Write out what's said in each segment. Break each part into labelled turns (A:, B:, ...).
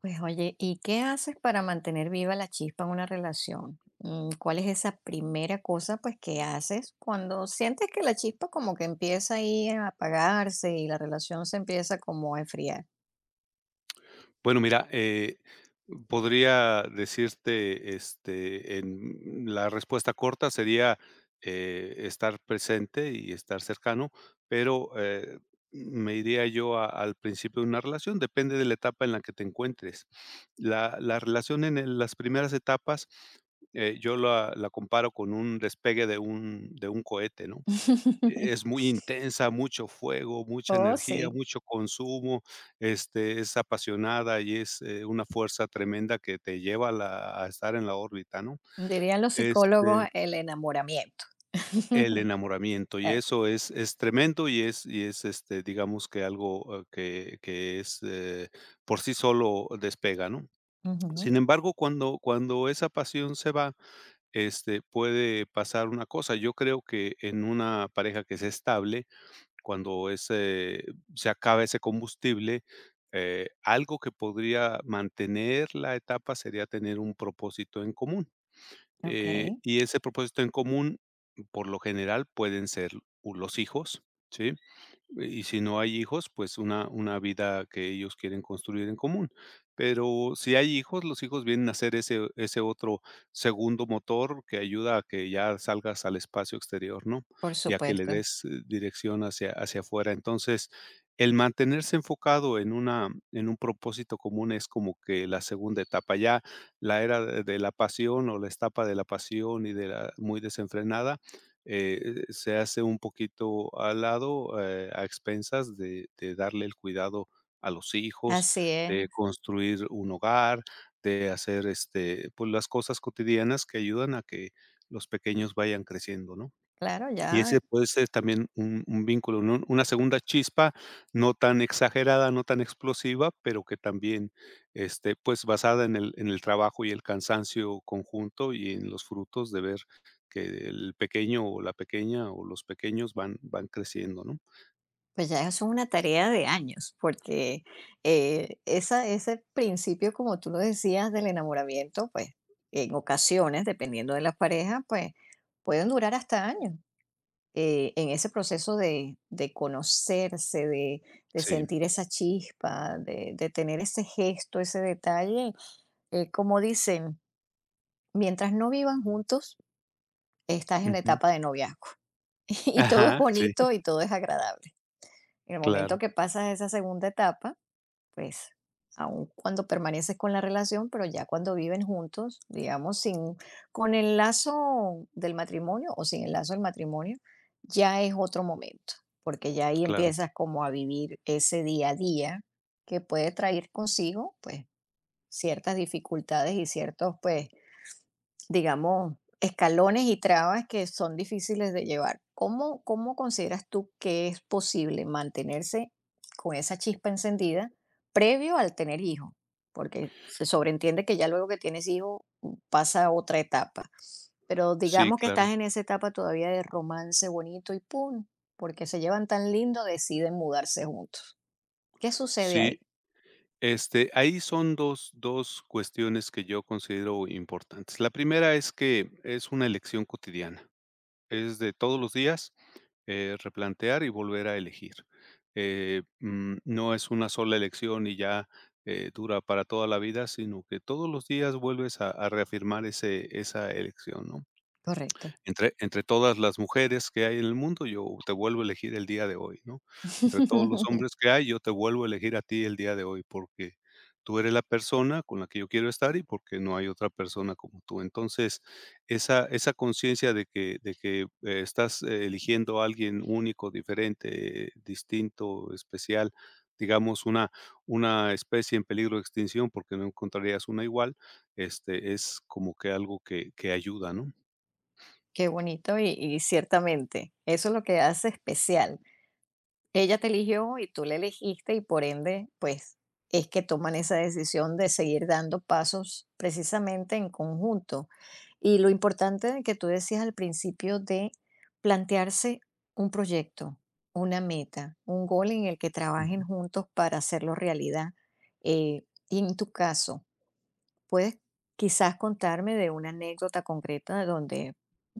A: Pues oye, ¿y qué haces para mantener viva la chispa en una relación? ¿Cuál es esa primera cosa pues que haces cuando sientes que la chispa como que empieza ahí a apagarse y la relación se empieza como a enfriar?
B: Bueno, mira, podría decirte, en la respuesta corta sería estar presente y estar cercano, pero me iría yo al principio de una relación, depende de la etapa en la que te encuentres. La relación en las primeras etapas, yo la comparo con un despegue de de un cohete, ¿no? Es muy intensa, mucho fuego, mucha
A: Oh,
B: energía,
A: sí,
B: mucho consumo, es apasionada y es, una fuerza tremenda que te lleva a la a estar en la órbita, ¿no?
A: dirían los
B: Este,
A: psicólogos el enamoramiento.
B: el enamoramiento, y
A: Eh,
B: eso es tremendo y es, digamos que algo, que es, por sí solo despega, ¿no?
A: ujú.
B: Sin embargo, cuando esa pasión se va, puede pasar una cosa, yo creo que en una pareja que es estable cuando ese se acaba ese combustible, algo que podría mantener la etapa sería tener un propósito en común,
A: Ok,
B: y ese propósito en común, por lo general, pueden ser u los hijos, ¿sí? Y si no hay hijos, pues una vida que ellos quieren construir en común. Pero si hay hijos, los hijos vienen a ser ese otro segundo motor que ayuda a que ya salgas al espacio exterior, ¿no?
A: por
B: Y a que le
A: supuesto.
B: des dirección hacia afuera. Entonces, el mantenerse enfocado en una en un propósito común es como que la segunda etapa. Ya la era de la pasión o la etapa de la pasión y de la muy desenfrenada se hace un poquito al lado, a expensas de darle el cuidado a los hijos,
A: Así
B: de
A: es,
B: construir un hogar, de hacer, pues, las cosas cotidianas que ayudan a que los pequeños vayan creciendo, ¿no?
A: claro,
B: Y
A: ya.
B: ese puede ser también un vínculo, ¿no? Una segunda chispa, no tan exagerada, no tan explosiva, pero que también, pues, basada en el trabajo y el cansancio conjunto y en los frutos de ver que el pequeño o la pequeña o los pequeños van creciendo, ¿no?
A: Pues ya eso es una tarea de años, porque ese principio, como tú lo decías, del enamoramiento, pues en ocasiones, dependiendo de las parejas, pues pueden durar hasta años en ese proceso de conocerse, de
B: Sí.
A: sentir esa chispa, de tener ese gesto, ese detalle. Como dicen, mientras no vivan juntos, estás en la
B: Ujú.
A: etapa de noviazgo. Y todo es
B: Ajá, sí,
A: bonito y todo es agradable. En el momento
B: claro,
A: que pasas esa segunda etapa, pues, aun cuando permaneces con la relación, pero ya cuando viven juntos, digamos, sin, con el lazo del matrimonio o sin el lazo del matrimonio, ya es otro momento, porque ya ahí
B: claro.
A: empiezas como a vivir ese día a día, que puede traer consigo, pues, ciertas dificultades y ciertos, pues, digamos, escalones y trabas que son difíciles de llevar. ¿Cómo consideras tú que es posible mantenerse con esa chispa encendida previo al tener hijos? Porque se sobreentiende que ya luego que tienes hijos pasa a otra etapa. Pero
B: Sí,
A: digamos que estás
B: claro.
A: en esa etapa todavía de romance bonito y pum, porque se llevan tan lindo, deciden mudarse juntos. ¿Qué sucede ahí?
B: Sí, ahí son dos cuestiones que yo considero importantes. La primera es que es una elección cotidiana. Es de todos los días, replantear y volver a elegir. No es una sola elección y ya, dura para toda la vida, sino que todos los días vuelves a reafirmar ese esa elección, ¿no?
A: Correcto.
B: Entre todas las mujeres que hay en el mundo, yo te vuelvo a elegir el día de hoy, ¿no? Entre todos los hombres que hay, yo te vuelvo a elegir a ti el día de hoy, porque tú eres la persona con la que yo quiero estar y porque no hay otra persona como tú. Entonces, esa conciencia de que, estás eligiendo a alguien único, diferente, distinto, especial, digamos, una especie en peligro de extinción, porque no encontrarías una igual, es como que algo que ayuda, ¿no?
A: Qué bonito y ciertamente, eso es lo que hace especial. Ella te eligió y tú la elegiste y por ende, pues es que toman esa decisión de seguir dando pasos precisamente en conjunto. Y lo importante de que tú decías al principio de plantearse un proyecto, una meta, un gol en el que trabajen juntos para hacerlo realidad. Y en tu caso, ¿puedes quizás contarme de una anécdota concreta donde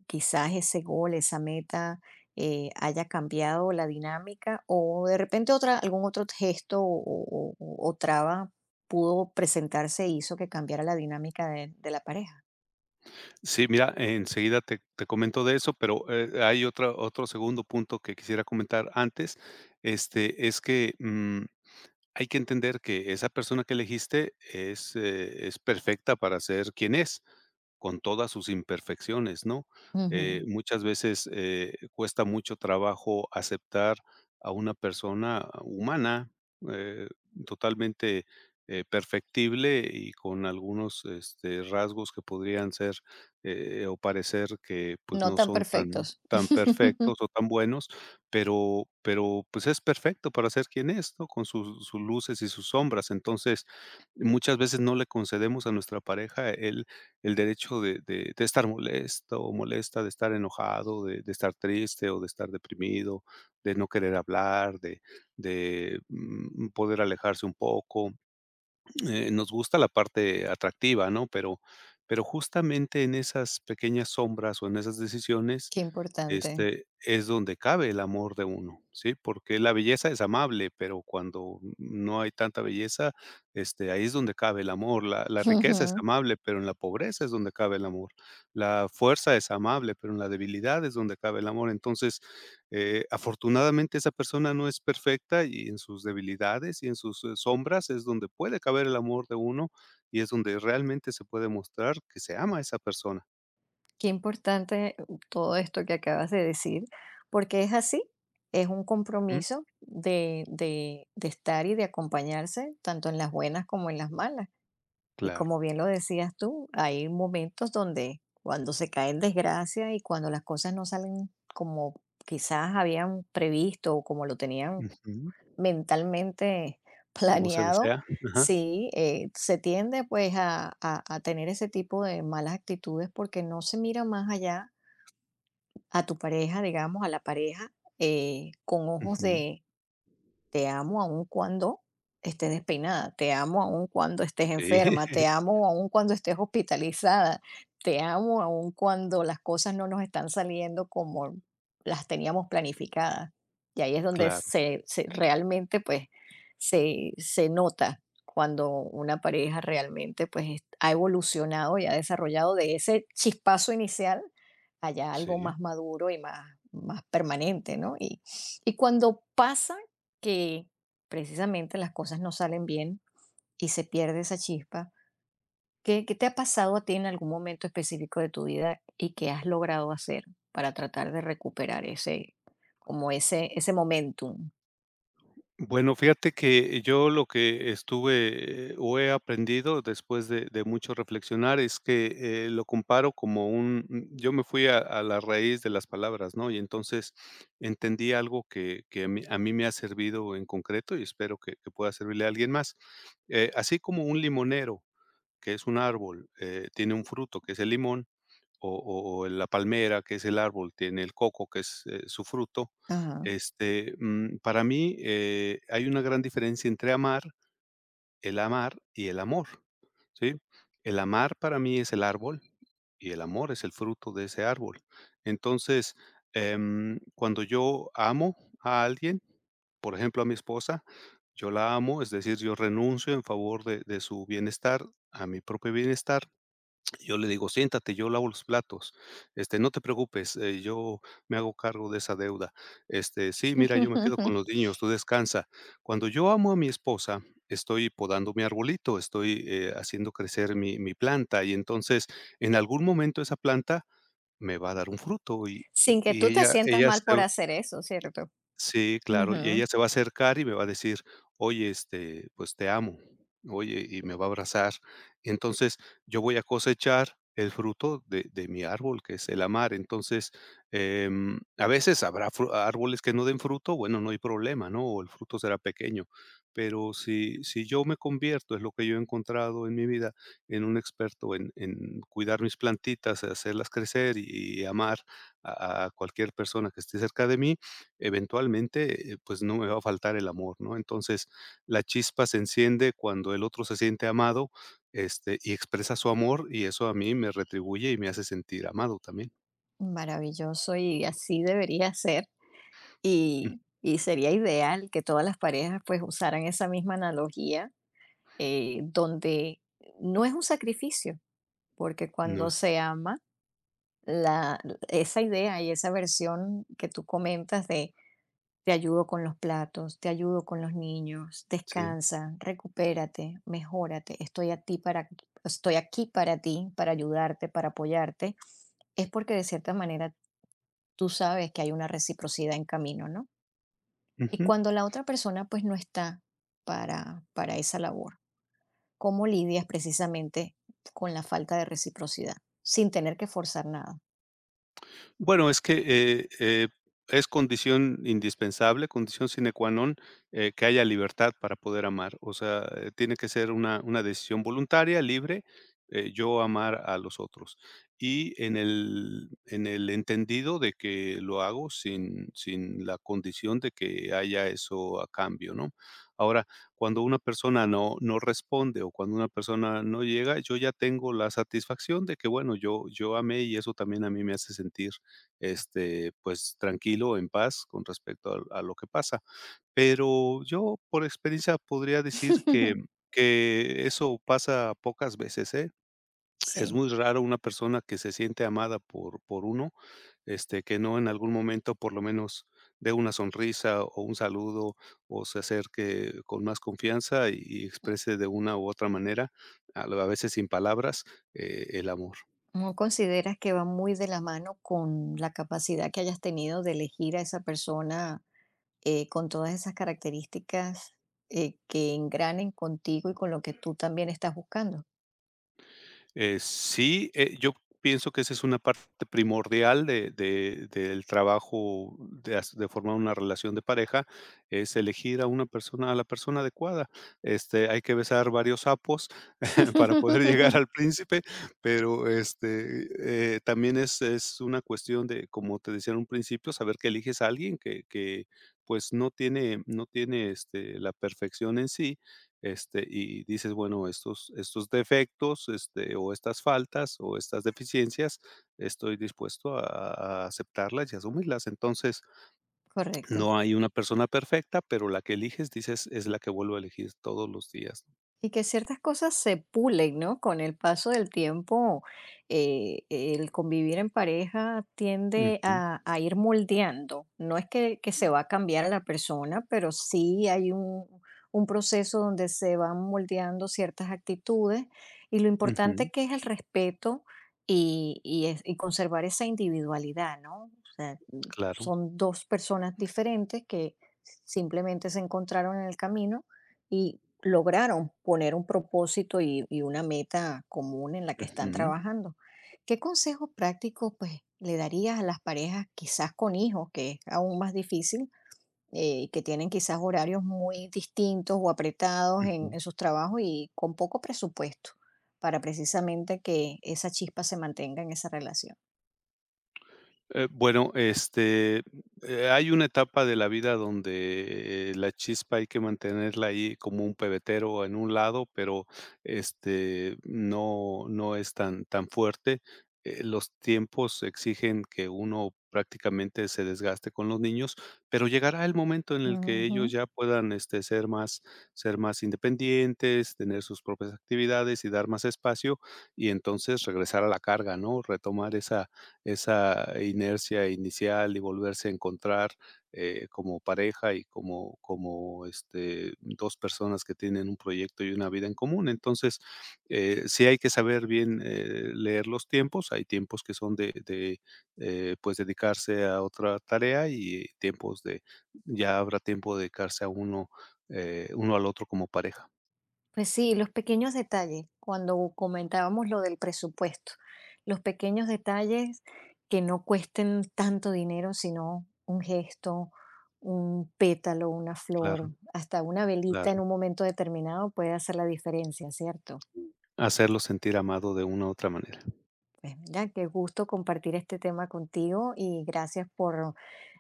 A: quizás ese gol, esa meta, haya cambiado la dinámica o de repente otra, algún otro gesto o traba pudo presentarse e hizo que cambiara la dinámica de la pareja?
B: Sí, mira, enseguida te, te comento de eso, pero hay otra, otro segundo punto que quisiera comentar antes. Este es que hay que entender que esa persona que elegiste es perfecta para ser quien es con todas sus imperfecciones, ¿no?
A: Ujú.
B: Muchas veces, cuesta mucho trabajo aceptar a una persona humana, eh, totalmente, perfectible y con algunos, rasgos que podrían ser, o parecer que, pues,
A: No
B: no
A: tan
B: son tan
A: perfectos.
B: tan perfectos o tan buenos, pero pues, es perfecto para ser quien es, ¿no? Con sus luces y sus sombras. Entonces, muchas veces no le concedemos a nuestra pareja el derecho de estar molesto o molesta, de estar enojado, de estar triste o de estar deprimido, de no querer hablar, de poder alejarse un poco nos gusta la parte atractiva, ¿no? Pero justamente en esas pequeñas sombras o en esas decisiones,
A: Qué importante.
B: es donde cabe el amor de uno, ¿sí? Porque la belleza es amable, pero cuando no hay tanta belleza, ahí es donde cabe el amor. La riqueza es amable, pero en la pobreza es donde cabe el amor. La fuerza es amable, pero en la debilidad es donde cabe el amor. Entonces, afortunadamente, esa persona no es perfecta y en sus debilidades y en sus, sombras es donde puede caber el amor de uno y es donde realmente se puede mostrar que se ama a esa persona,
A: Qué importante todo esto que acabas de decir, porque es así, es un
B: ¿mm?
A: compromiso de estar y de acompañarse, tanto en las buenas como en las malas. Y
B: Claro.
A: como bien lo decías tú, hay momentos donde cuando se cae en desgracia y cuando las cosas no salen como quizás habían previsto o como lo tenían
B: Ujú.
A: mentalmente
B: Como se
A: planeado,
B: desea. Ajá.
A: sí, se tiende pues a, a tener ese tipo de malas actitudes porque no se mira más allá a tu pareja, digamos, a la pareja, con ojos
B: Ujú.
A: de, te amo aun cuando estés despeinada, te amo aun cuando estés
B: Sí,
A: enferma, te amo aun cuando estés hospitalizada, te amo aun cuando las cosas no nos están saliendo como las teníamos planificadas. Y ahí es donde
B: claro,
A: realmente pues se nota cuando una pareja realmente pues ha evolucionado y ha desarrollado de ese chispazo inicial allá algo
B: sí.
A: más maduro y más, más permanente, ¿no? Y cuando pasa que precisamente las cosas no salen bien y se pierde esa chispa. ¿Qué te ha pasado a ti en algún momento específico de tu vida y qué has logrado hacer para tratar de recuperar ese, como ese momentum?
B: Bueno, fíjate que yo lo que estuve, o he aprendido después de mucho reflexionar es que, lo comparo como un yo me fui a la raíz de las palabras, ¿no? Y entonces entendí algo que a mí me ha servido en concreto y espero que pueda servirle a alguien más. Así como un limonero, que es un árbol, tiene un fruto, que es el limón, o la palmera, que es el árbol, tiene el coco, que es, su fruto.
A: Ajá.
B: Para mí, hay una gran diferencia entre amar, el amar y el amor, ¿sí? El amar para mí es el árbol y el amor es el fruto de ese árbol. Entonces, cuando yo amo a alguien, por ejemplo, a mi esposa, yo la amo, es decir, yo renuncio en favor de su bienestar, a mi propio bienestar, yo le digo: "Siéntate, yo lavo los platos, no te preocupes, yo me hago cargo de esa deuda. Este, sí, mira, yo me quedo con los niños, tú descansa". Cuando yo amo a mi esposa, estoy podando mi arbolito, estoy, haciendo crecer mi planta, y entonces, en algún momento esa planta me va a dar un fruto, y y
A: Sin que
B: y
A: tú te
B: ella
A: sientas
B: ella se
A: mal por hacer eso, ¿cierto?
B: Sí, claro, y
A: Ujú.
B: ella se va a acercar y me va a decir: "Oye, pues, te amo". Oye, y me va a abrazar. Entonces, yo voy a cosechar el fruto de mi árbol, que es el amar. Entonces, a veces habrá fru árboles que no den fruto, bueno, no hay problema, ¿no? O el fruto será pequeño. Pero si yo me convierto, es lo que yo he encontrado en mi vida, en un experto en cuidar mis plantitas, hacerlas crecer y amar a cualquier persona que esté cerca de mí, eventualmente, pues, no me va a faltar el amor, ¿no? Entonces, la chispa se enciende cuando el otro se siente amado, y expresa su amor, y eso a mí me retribuye y me hace sentir amado también.
A: Maravilloso y así debería ser.
B: Mm,
A: Y sería ideal que todas las parejas pues usaran esa misma analogía, donde no es un sacrificio, porque
B: no
A: cuando
B: es
A: se ama, la, esa idea y esa versión que tú comentas de te ayudo con los platos, te ayudo con los niños,
B: sí.
A: descansa, recupérate, mejórate, estoy a ti para estoy aquí para ti, para ayudarte, para apoyarte, es porque de cierta manera tú sabes que hay una reciprocidad en camino, ¿no? Y
B: Ujú.
A: cuando la otra persona pues no está para esa labor, ¿cómo lidias precisamente con la falta de reciprocidad sin tener que forzar nada?
B: Bueno, es que, es condición indispensable, condición sine qua non, que haya libertad para poder amar. O sea, tiene que ser una decisión voluntaria, libre, yo amar a los otros. Y en el entendido de que lo hago sin la condición de que haya eso a cambio, ¿no? Ahora, cuando una persona no responde o cuando una persona no llega, yo ya tengo la satisfacción de que, bueno, yo amé y eso también a mí me hace sentir pues tranquilo, en paz con respecto a lo que pasa. Pero yo por experiencia podría decir que que eso pasa pocas veces, ¿eh? Es
A: Sí.
B: muy raro una persona que se siente amada por uno, que no en algún momento por lo menos dé una sonrisa o un saludo o se acerque con más confianza y exprese de una u otra manera, a veces sin palabras, el amor.
A: ¿No consideras que va muy de la mano con la capacidad que hayas tenido de elegir a esa persona con todas esas características que engranen contigo y con lo que tú también estás buscando?
B: Sí, yo pienso que esa es una parte primordial de del trabajo de formar una relación de pareja, es elegir a una persona a la persona adecuada. Hay que besar varios sapos para poder llegar al príncipe, pero, también es una cuestión de, como te decía en un principio, saber que eliges a alguien que, pues, no tiene, la perfección en sí, y dices, bueno, estos defectos, o estas faltas, o estas deficiencias, estoy dispuesto a, aceptarlas y asumirlas. Entonces,
A: Correcto.
B: no hay una persona perfecta, pero la que eliges, dices, es la que vuelvo a elegir todos los días.
A: Y que ciertas cosas se pulen, ¿no? Con el paso del tiempo, el convivir en pareja tiende
B: Ujú,
A: a ir moldeando. No es que se va a cambiar a la persona, pero sí hay un proceso donde se van moldeando ciertas actitudes y lo
B: ujú.
A: importante que es el respeto y, y conservar esa individualidad, ¿no? O sea,
B: Claro.
A: son dos personas diferentes que simplemente se encontraron en el camino. Y lograron poner un propósito y una meta común en la que están
B: Ujú,
A: trabajando. ¿Qué consejos prácticos pues le darías a las parejas quizás con hijos, que es aún más difícil, que tienen quizás horarios muy distintos o apretados
B: ujú.
A: en sus trabajos y con poco presupuesto para precisamente que esa chispa se mantenga en esa relación?
B: Bueno, hay una etapa de la vida donde, la chispa hay que mantenerla ahí como un pebetero en un lado, pero, no es tan fuerte. Los tiempos exigen que uno prácticamente se desgaste con los niños, pero llegará el momento en el que ellos
A: Ujú.
B: ya puedan, ser más independientes, tener sus propias actividades y dar más espacio, y entonces regresar a la carga, ¿no? Retomar esa inercia inicial y volverse a encontrar, como pareja y como, dos personas que tienen un proyecto y una vida en común. Entonces, sí hay que saber bien, leer los tiempos. Hay tiempos que son de pues, dedicarse a otra tarea y tiempos de ya habrá tiempo de dedicarse a uno, uno al otro como pareja.
A: Pues sí, los pequeños detalles, cuando comentábamos lo del presupuesto, los pequeños detalles que no cuesten tanto dinero, sino un gesto, un pétalo, una flor,
B: Claro,
A: hasta una velita en
B: claro.
A: un momento determinado puede hacer la diferencia, ¿cierto?
B: Hacerlo sentir amado de una u otra manera.
A: Pues mira, qué gusto compartir este tema contigo y gracias por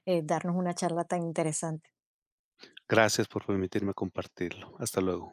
A: darnos una charla tan interesante.
B: Gracias por permitirme compartirlo. Hasta luego.